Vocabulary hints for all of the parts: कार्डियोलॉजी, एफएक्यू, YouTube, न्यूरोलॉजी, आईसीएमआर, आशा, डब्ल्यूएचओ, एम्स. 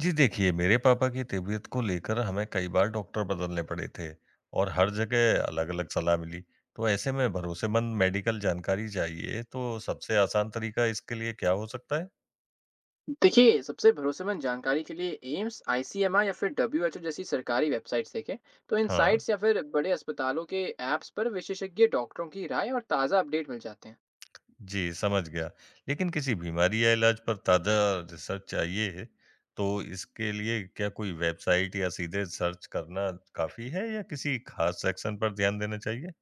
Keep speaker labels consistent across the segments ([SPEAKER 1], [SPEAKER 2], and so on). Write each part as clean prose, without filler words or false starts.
[SPEAKER 1] जी देखिए, मेरे पापा की तबीयत को लेकर हमें कई बार doctor बदलने पड़े थे और हर जगह अलग-अलग सलाह मिली। तो ऐसे में भरोसेमंद मेडिकल जानकारी चाहिए, तो सबसे आसान तरीका इसके लिए क्या हो सकता है?
[SPEAKER 2] देखिए, सबसे भरोसेमंद जानकारी के लिए एम्स, आईसीएमआर या फिर डब्ल्यूएचओ जैसी सरकारी वेबसाइट्स देखें। तो इन
[SPEAKER 1] हाँ,
[SPEAKER 2] साइट्स या फिर बड़े अस्पतालों के ऐप्स पर विशेषज्ञ डॉक्टरों की राय और ताज़ा अपडेट मिल जाते हैं।
[SPEAKER 1] जी समझ गया। लेकिन किसी बीमारी या इलाज पर ताज़ा रिसर्च चाहिए, तो इसके लिए क्या कोई वेबसाइट या सीधे सर्च करना काफ़ी है या किसी खास सेक्शन पर ध्यान देना चाहिए?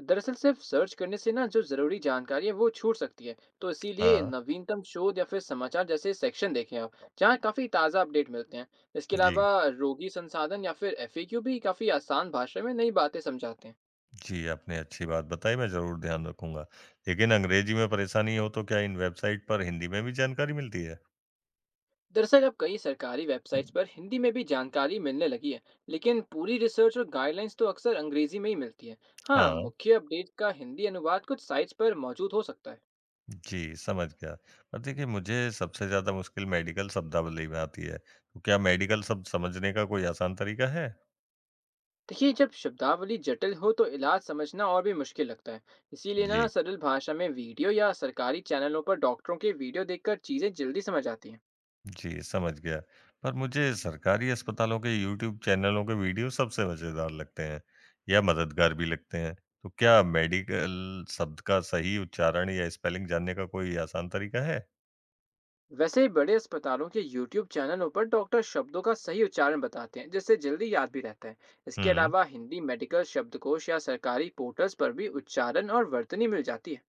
[SPEAKER 2] दरअसल सिर्फ सर्च करने से ना जो ज़रूरी जानकारी है वो छूट सकती है। तो इसीलिए
[SPEAKER 1] हाँ,
[SPEAKER 2] नवीनतम शोध या फिर समाचार जैसे सेक्शन देखें आप, जहाँ काफ़ी ताज़ा अपडेट मिलते हैं। इसके
[SPEAKER 1] जी।
[SPEAKER 2] अलावा रोगी संसाधन या फिर एफएक्यू भी काफ़ी आसान भाषा में नई बातें समझाते हैं।
[SPEAKER 1] जी, आपने अच्छी बात बताई, मैं ज़रूर ध्यान रखूँगा। लेकिन अंग्रेजी में परेशानी हो तो क्या इन वेबसाइट पर हिंदी में भी जानकारी मिलती है?
[SPEAKER 2] दरअसल अब कई सरकारी वेबसाइट्स पर हिंदी में भी जानकारी मिलने लगी है, लेकिन पूरी रिसर्च और गाइडलाइंस तो अक्सर अंग्रेजी में ही मिलती है। हाँ,
[SPEAKER 1] हाँ,
[SPEAKER 2] मुख्य अपडेट का हिंदी अनुवाद कुछ साइट्स पर मौजूद हो सकता है।
[SPEAKER 1] जी, समझ गया। और देखिए मुझे सबसे ज़्यादा मुश्किल मेडिकल शब्दावली में आती है, तो क्या मेडिकल शब्द समझने का कोई आसान तरीका है?
[SPEAKER 2] देखिए, जब शब्दावली जटिल हो तो इलाज समझना और भी मुश्किल लगता है। इसीलिए ना
[SPEAKER 1] जी,
[SPEAKER 2] सरल भाषा में वीडियो या सरकारी चैनलों पर डॉक्टरों के वीडियो देखकर चीज़ें जल्दी समझ आती हैं।
[SPEAKER 1] जी, समझ गया। पर मुझे सरकारी अस्पतालों के यूट्यूब चैनलों के वीडियो सबसे मज़ेदार लगते हैं या मददगार भी लगते हैं। तो क्या मेडिकल शब्द का सही उच्चारण या स्पेलिंग जानने का कोई आसान तरीका है?
[SPEAKER 2] वैसे ही बड़े अस्पतालों के YouTube चैनलों पर डॉक्टर शब्दों का सही उच्चारण बताते हैं, जिससे जल्दी याद भी रहता है। इसके
[SPEAKER 1] हुँ।
[SPEAKER 2] अलावा हिंदी मेडिकल शब्दकोश या सरकारी पोर्टल्स पर भी उच्चारण और वर्तनी मिल जाती है।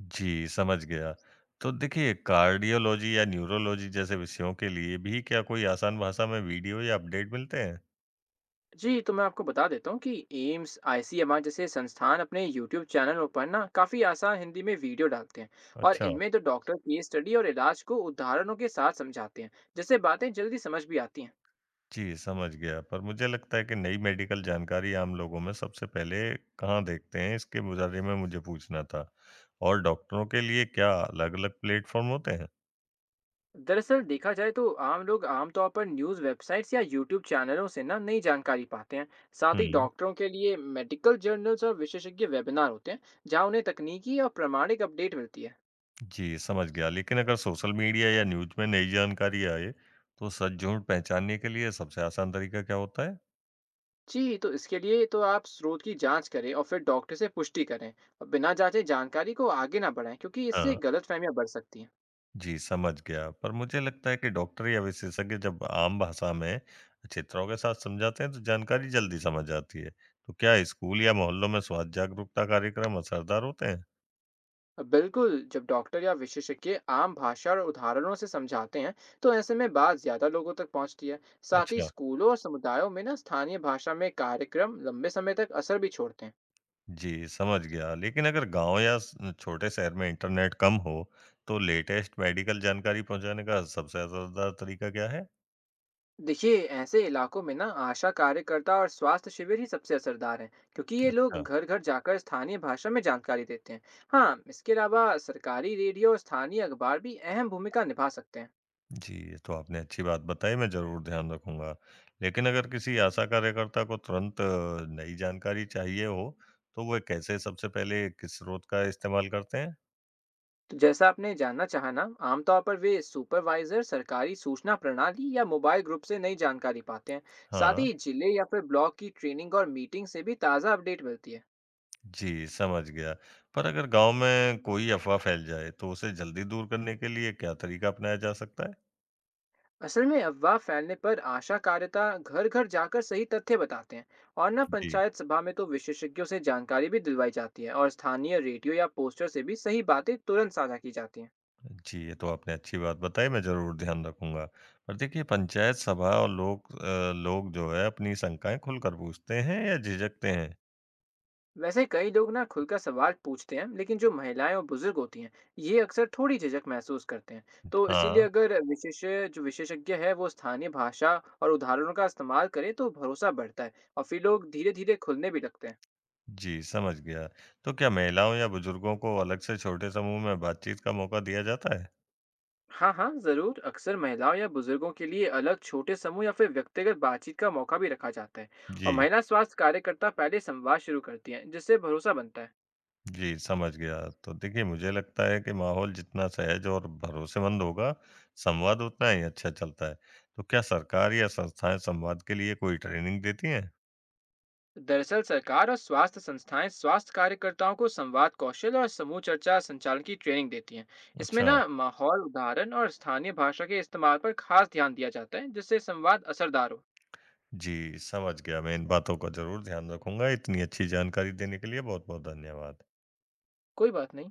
[SPEAKER 1] जी, समझ गया। तो देखिए कार्डियोलॉजी या न्यूरोलॉजी जैसे विषयों के लिए भी क्या कोई आसान भाषा में वीडियो या अपडेट मिलते हैं?
[SPEAKER 2] जी, तो मैं आपको बता देता हूँ कि एम्स, आईसीएमआर जैसे संस्थान अपने YouTube चैनलों पर ना काफ़ी आसान हिंदी में वीडियो डालते हैं। और
[SPEAKER 1] अच्छा।
[SPEAKER 2] इनमें तो डॉक्टर केस स्टडी और इलाज को उदाहरणों के साथ समझाते हैं, जिससे बातें जल्दी समझ भी आती हैं।
[SPEAKER 1] जी, समझ गया। पर मुझे लगता है कि नई मेडिकल जानकारी आम लोगों में सबसे पहले कहाँ देखते हैं, इसके बारे में मुझे पूछना था। और डॉक्टरों के लिए क्या अलग-अलग प्लेटफ़ॉर्म होते हैं?
[SPEAKER 2] दरअसल देखा जाए तो आम लोग आमतौर पर न्यूज़ वेबसाइट्स या यूट्यूब चैनलों से ना नई जानकारी पाते हैं। साथ ही
[SPEAKER 1] हुँ।
[SPEAKER 2] डॉक्टरों के लिए मेडिकल जर्नल्स और विशेषज्ञ वेबिनार होते हैं, जहां उन्हें तकनीकी और प्रमाणिक अपडेट मिलती है।
[SPEAKER 1] जी, समझ गया। लेकिन अगर सोशल मीडिया या न्यूज़ में नई जानकारी आए, तो सच-झूठ पहचानने के लिए सबसे आसान तरीका क्या होता है?
[SPEAKER 2] जी, तो इसके लिए तो आप स्रोत की जांच करें और फिर डॉक्टर से पुष्टि करें। और बिना जांचे जानकारी को आगे ना बढ़ाएं, क्योंकि इससे
[SPEAKER 1] हाँ।
[SPEAKER 2] गलतफहमियां बढ़ सकती हैं।
[SPEAKER 1] जी, समझ गया। पर मुझे लगता है कि डॉक्टर या विशेषज्ञ जब आम भाषा में चित्रों के साथ समझाते हैं, तो जानकारी जल्दी समझ आती है। तो क्या स्कूल या मोहल्लों में स्वास्थ्य जागरूकता कार्यक्रम असरदार होते हैं?
[SPEAKER 2] बिल्कुल, जब डॉक्टर या विशेषज्ञ आम भाषा और उदाहरणों से समझाते हैं तो ऐसे में बात ज्यादा लोगों तक पहुंचती है। साथ ही
[SPEAKER 1] अच्छा,
[SPEAKER 2] स्कूलों और समुदायों में ना स्थानीय भाषा में कार्यक्रम लंबे समय तक असर भी छोड़ते हैं।
[SPEAKER 1] जी, समझ गया। लेकिन अगर गाँव या स छोटे शहर में इंटरनेट कम हो, तो लेटेस्ट मेडिकल जानकारी पहुँचाने का सबसे असरदार तरीका क्या है?
[SPEAKER 2] देखिए, ऐसे इलाकों में ना आशा कार्यकर्ता और स्वास्थ्य शिविर ही सबसे असरदार हैं, क्योंकि ये लोग
[SPEAKER 1] अच्छा।
[SPEAKER 2] घर घर जाकर स्थानीय भाषा में जानकारी देते हैं। हाँ, इसके अलावा सरकारी रेडियो और स्थानीय अखबार भी अहम भूमिका निभा सकते हैं।
[SPEAKER 1] जी, ये तो आपने अच्छी बात बताई, मैं ज़रूर ध्यान रखूँगा। लेकिन अगर किसी आशा कार्यकर्ता को तुरंत नई जानकारी चाहिए हो, तो वो कैसे सबसे पहले किस स्रोत का इस्तेमाल करते हैं?
[SPEAKER 2] तो जैसा आपने जानना चाहा ना, आमतौर पर वे सुपरवाइजर, सरकारी सूचना प्रणाली या मोबाइल ग्रुप से नई जानकारी पाते हैं। साथ
[SPEAKER 1] हाँ,
[SPEAKER 2] ही जिले या फिर ब्लॉक की ट्रेनिंग और मीटिंग से भी ताज़ा अपडेट मिलती है।
[SPEAKER 1] जी, समझ गया। पर अगर गाँव में कोई अफ़वाह फैल जाए, तो उसे जल्दी दूर करने के लिए क्या तरीका अपनाया जा सकता है?
[SPEAKER 2] असल में अफवाह फैलने पर आशा कार्यता घर घर जाकर सही तथ्य बताते हैं। और ना
[SPEAKER 1] जी।
[SPEAKER 2] पंचायत सभा में तो विशेषज्ञों से जानकारी भी दिलवाई जाती है, और स्थानीय रेडियो या पोस्टर से भी सही बातें तुरंत साझा की जाती हैं।
[SPEAKER 1] जी, ये तो आपने अच्छी बात बताई, मैं ज़रूर ध्यान रखूँगा। पर देखिए, पंचायत सभा और लोग जो है, अपनी शंकाएँ खुलकर पूछते हैं या झिझकते हैं?
[SPEAKER 2] वैसे कई लोग ना खुलकर सवाल पूछते हैं, लेकिन जो महिलाएं और बुजुर्ग होती हैं ये अक्सर थोड़ी झिझक महसूस करते हैं। तो इसीलिए
[SPEAKER 1] हाँ।
[SPEAKER 2] अगर विशेष जो विशेषज्ञ है वो स्थानीय भाषा और उदाहरणों का इस्तेमाल करें तो भरोसा बढ़ता है, और फिर लोग धीरे धीरे खुलने भी लगते हैं।
[SPEAKER 1] जी, समझ गया। तो क्या महिलाओं या बुजुर्गों को अलग से छोटे समूह में बातचीत का मौका दिया जाता है?
[SPEAKER 2] हाँ हाँ, जरूर। अक्सर महिलाओं या बुजुर्गों के लिए अलग छोटे समूह या फिर व्यक्तिगत बातचीत का मौका भी रखा जाता है, और
[SPEAKER 1] जी,
[SPEAKER 2] महिला स्वास्थ्य कार्यकर्ता पहले संवाद शुरू करती हैं, जिससे भरोसा बनता है।
[SPEAKER 1] जी, समझ गया। तो देखिए, मुझे लगता है कि माहौल जितना सहज और भरोसेमंद होगा, संवाद उतना ही अच्छा चलता है। तो क्या सरकार या संस्थाएँ संवाद के लिए कोई ट्रेनिंग देती हैं?
[SPEAKER 2] दरअसल सरकार और स्वास्थ्य संस्थाएं स्वास्थ्य कार्यकर्ताओं को संवाद कौशल और समूह चर्चा संचालन की ट्रेनिंग देती हैं। इसमें
[SPEAKER 1] अच्छा।
[SPEAKER 2] ना माहौल, उदाहरण और स्थानीय भाषा के इस्तेमाल पर खास ध्यान दिया जाता है, जिससे संवाद असरदार हो।
[SPEAKER 1] जी, समझ गया। मैं इन बातों का ज़रूर ध्यान रखूँगा। इतनी अच्छी जानकारी देने के लिए बहुत-बहुत धन्यवाद।
[SPEAKER 2] कोई बात नहीं।